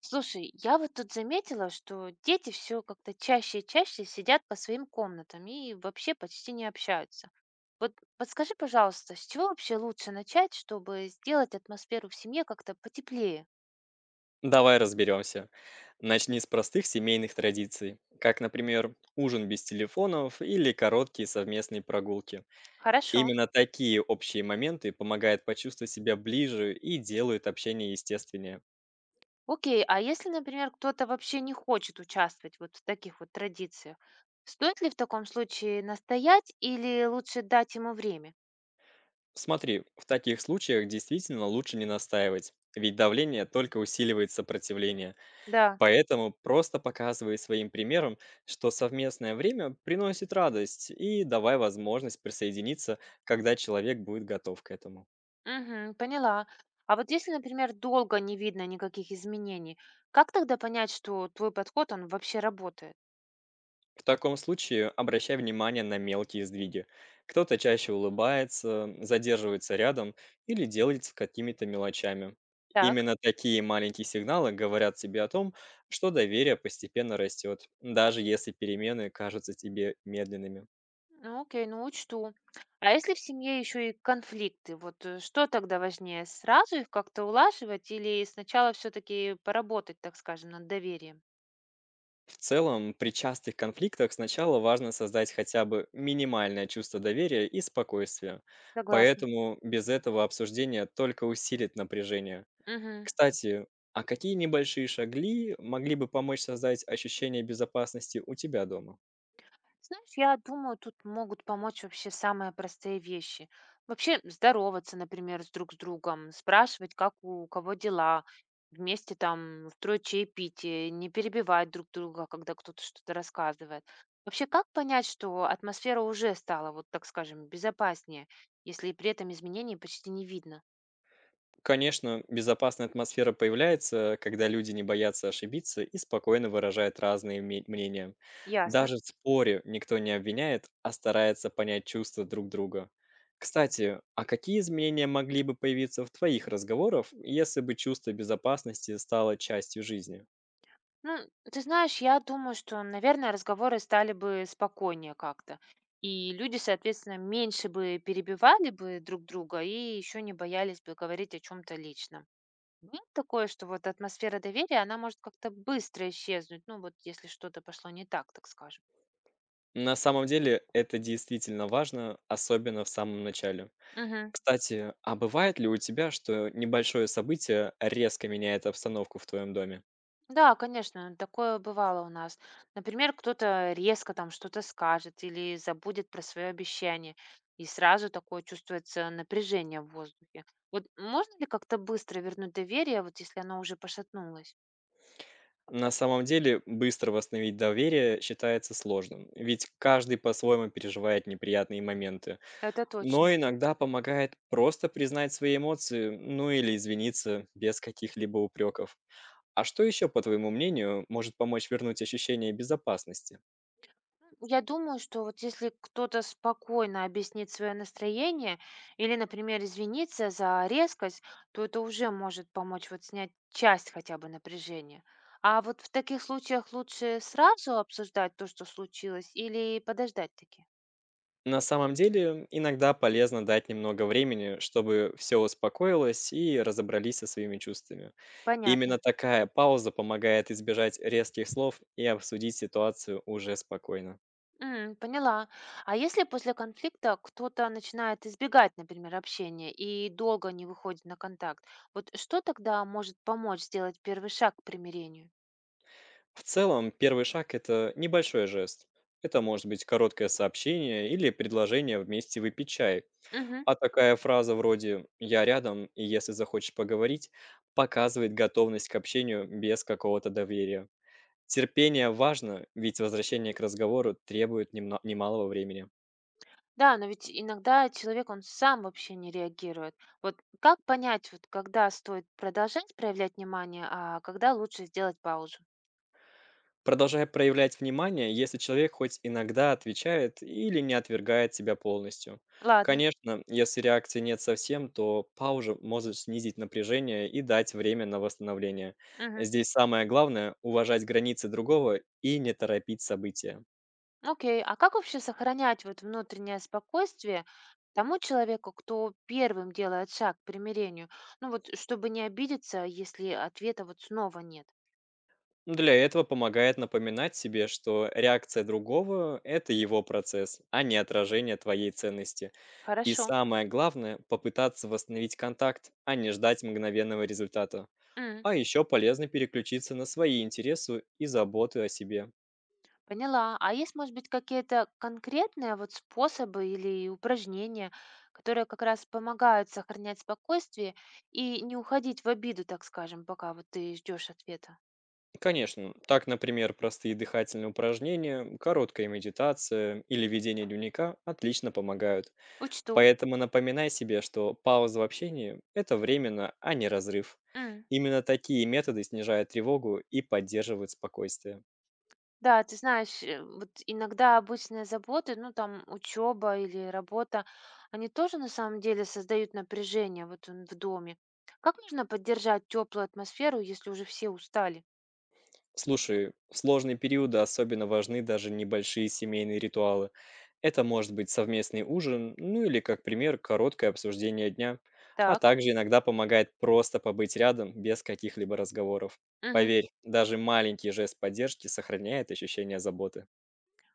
Слушай, я вот тут заметила, что дети все как-то чаще и чаще сидят по своим комнатам и вообще почти не общаются. Вот подскажи, пожалуйста, с чего вообще лучше начать, чтобы сделать атмосферу в семье как-то потеплее? Давай разберемся. Начни с простых семейных традиций, как, например, ужин без телефонов или короткие совместные прогулки. Хорошо. Именно такие общие моменты помогают почувствовать себя ближе и делают общение естественнее. Окей, а если, например, кто-то вообще не хочет участвовать вот в таких вот традициях, стоит ли в таком случае настоять или лучше дать ему время? Смотри, в таких случаях действительно лучше не настаивать, ведь давление только усиливает сопротивление. Да. Поэтому просто показывай своим примером, что совместное время приносит радость и давай возможность присоединиться, когда человек будет готов к этому. Мгм, поняла. А вот если, например, долго не видно никаких изменений, как тогда понять, что твой подход, он вообще работает? В таком случае обращай внимание на мелкие сдвиги. Кто-то чаще улыбается, задерживается рядом или делится какими-то мелочами. Так, Именно такие маленькие сигналы говорят тебе о том, что доверие постепенно растет, даже если перемены кажутся тебе медленными. ну окей, ну учту. А если в семье еще и конфликты, вот что тогда важнее, сразу их как-то улаживать или сначала все-таки поработать, так скажем, над доверием? В целом, при частых конфликтах сначала важно создать хотя бы минимальное чувство доверия и спокойствия. Согласна. Поэтому без этого обсуждение только усилит напряжение. Мгм. Кстати, а какие небольшие шагли могли бы помочь создать ощущение безопасности у тебя дома? Знаешь, я думаю, тут могут помочь вообще самые простые вещи. Вообще здороваться, например, с друг с другом, спрашивать, как у кого дела, вместе там устроить чаепитие, не перебивать друг друга, когда кто-то что-то рассказывает. Вообще, как понять, что атмосфера уже стала, вот так скажем, безопаснее, если при этом изменений почти не видно? Конечно, безопасная атмосфера появляется, когда люди не боятся ошибиться и спокойно выражают разные мнения. Ясно. Даже в споре никто не обвиняет, а старается понять чувства друг друга. Кстати, а какие изменения могли бы появиться в твоих разговорах, если бы чувство безопасности стало частью жизни? Ну, ты знаешь, я думаю, что, наверное, разговоры стали бы спокойнее как-то. И люди, соответственно, меньше бы перебивали бы друг друга и еще не боялись бы говорить о чем-то личном. Нет такое, что вот атмосфера доверия, она может как-то быстро исчезнуть, ну вот если что-то пошло не так, так скажем. На самом деле это действительно важно, особенно в самом начале. Мгм. Кстати, а бывает ли у тебя, что небольшое событие резко меняет обстановку в твоем доме? Да, конечно, такое бывало у нас. Например, кто-то резко там что-то скажет или забудет про свое обещание, и сразу такое чувствуется напряжение в воздухе. Вот можно ли как-то быстро вернуть доверие, вот если оно уже пошатнулось? На самом деле, быстро восстановить доверие считается сложным, ведь каждый по-своему переживает неприятные моменты. Это Но точно. иногда помогает просто признать свои эмоции, ну или извиниться без каких-либо упреков. А что еще, по твоему мнению, может помочь вернуть ощущение безопасности? Я думаю, что вот если кто-то спокойно объяснит свое настроение или, например, извинится за резкость, то это уже может помочь вот снять часть хотя бы напряжения. А вот в таких случаях лучше сразу обсуждать то, что случилось, или подождать таки? На самом деле, иногда полезно дать немного времени, чтобы все успокоилось и разобрались со своими чувствами. Именно Понятно. такая пауза помогает избежать резких слов и обсудить ситуацию уже спокойно. М, поняла. А если после конфликта кто-то начинает избегать, например, общения и долго не выходит на контакт, вот что тогда может помочь сделать первый шаг к примирению? В целом, первый шаг– это небольшой жест. Это может быть короткое сообщение или предложение вместе выпить чай. Мгм. А такая фраза вроде «я рядом, и если захочешь поговорить» показывает готовность к общению без какого-то доверия. Терпение важно, ведь возвращение к разговору требует немалого времени. Да, но ведь иногда человек, он сам вообще не реагирует. Вот как понять, вот когда стоит продолжать проявлять внимание, а когда лучше сделать паузу? Продолжай проявлять внимание, если человек хоть иногда отвечает или не отвергает тебя полностью. Ладно. Конечно, если реакции нет совсем, то пауза может снизить напряжение и дать время на восстановление. Мгм. Здесь самое главное– уважать границы другого и не торопить события. Окей. А как вообще сохранять вот внутреннее спокойствие тому человеку, кто первым делает шаг к примирению? Ну вот, чтобы не обидеться, если ответа вот снова нет. Ну, для этого помогает напоминать себе, что реакция другого– это его процесс, а не отражение твоей ценности. И Хорошо. самое главное– попытаться восстановить контакт, а не ждать мгновенного результата. М. А еще полезно переключиться на свои интересы и заботы о себе. Поняла. А есть, может быть, какие-то конкретные вот способы или упражнения, которые как раз помогают сохранять спокойствие и не уходить в обиду, так скажем, пока вот ты ждешь ответа? Конечно, так, например, простые дыхательные упражнения, короткая медитация или ведение дневника отлично помогают. Учту. Поэтому напоминай себе, что пауза в общении– это временно, а не разрыв. М. Именно такие методы снижают тревогу и поддерживают спокойствие. Да, ты знаешь, вот иногда обычные заботы, ну там учеба или работа, они тоже на самом деле создают напряжение вот в доме. Как можно поддержать теплую атмосферу, если уже все устали? Слушай, в сложные периоды особенно важны даже небольшие семейные ритуалы. Это может быть совместный ужин, ну или, как пример, короткое обсуждение дня. А Так. также иногда помогает просто побыть рядом без каких-либо разговоров. Мгм. Поверь, даже маленький жест поддержки сохраняет ощущение заботы.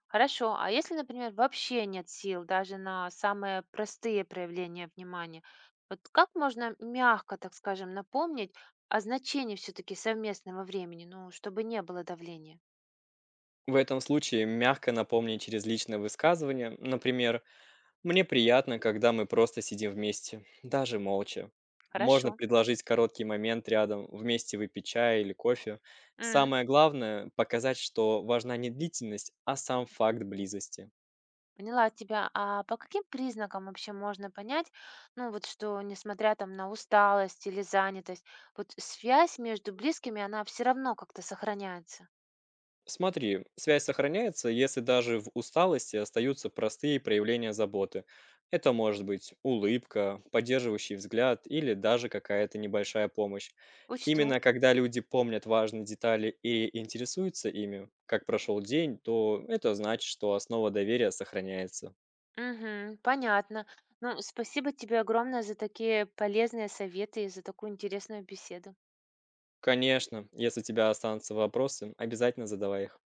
Хорошо, а если, например, вообще нет сил даже на самые простые проявления внимания, вот как можно мягко, так скажем, напомнить о значении все-таки совместного времени, ну, чтобы не было давления? В этом случае мягко напомни через личное высказывание, например, «Мне приятно, когда мы просто сидим вместе, даже молча». Хорошо, Можно предложить короткий момент рядом, вместе выпить чай или кофе. М. Самое главное– показать, что важна не длительность, а сам факт близости. поняла тебя. А по каким признакам вообще можно понять, ну, вот что, несмотря там на усталость или занятость, вот связь между близкими, она все равно как-то сохраняется? Смотри, связь сохраняется, если даже в усталости остаются простые проявления заботы. Это может быть улыбка, поддерживающий взгляд или даже какая-то небольшая помощь. Учту. Именно когда люди помнят важные детали и интересуются ими, как прошел день, то это значит, что основа доверия сохраняется. Мгм. Понятно. Ну, спасибо тебе огромное за такие полезные советы и за такую интересную беседу. Конечно, если у тебя останутся вопросы, обязательно задавай их.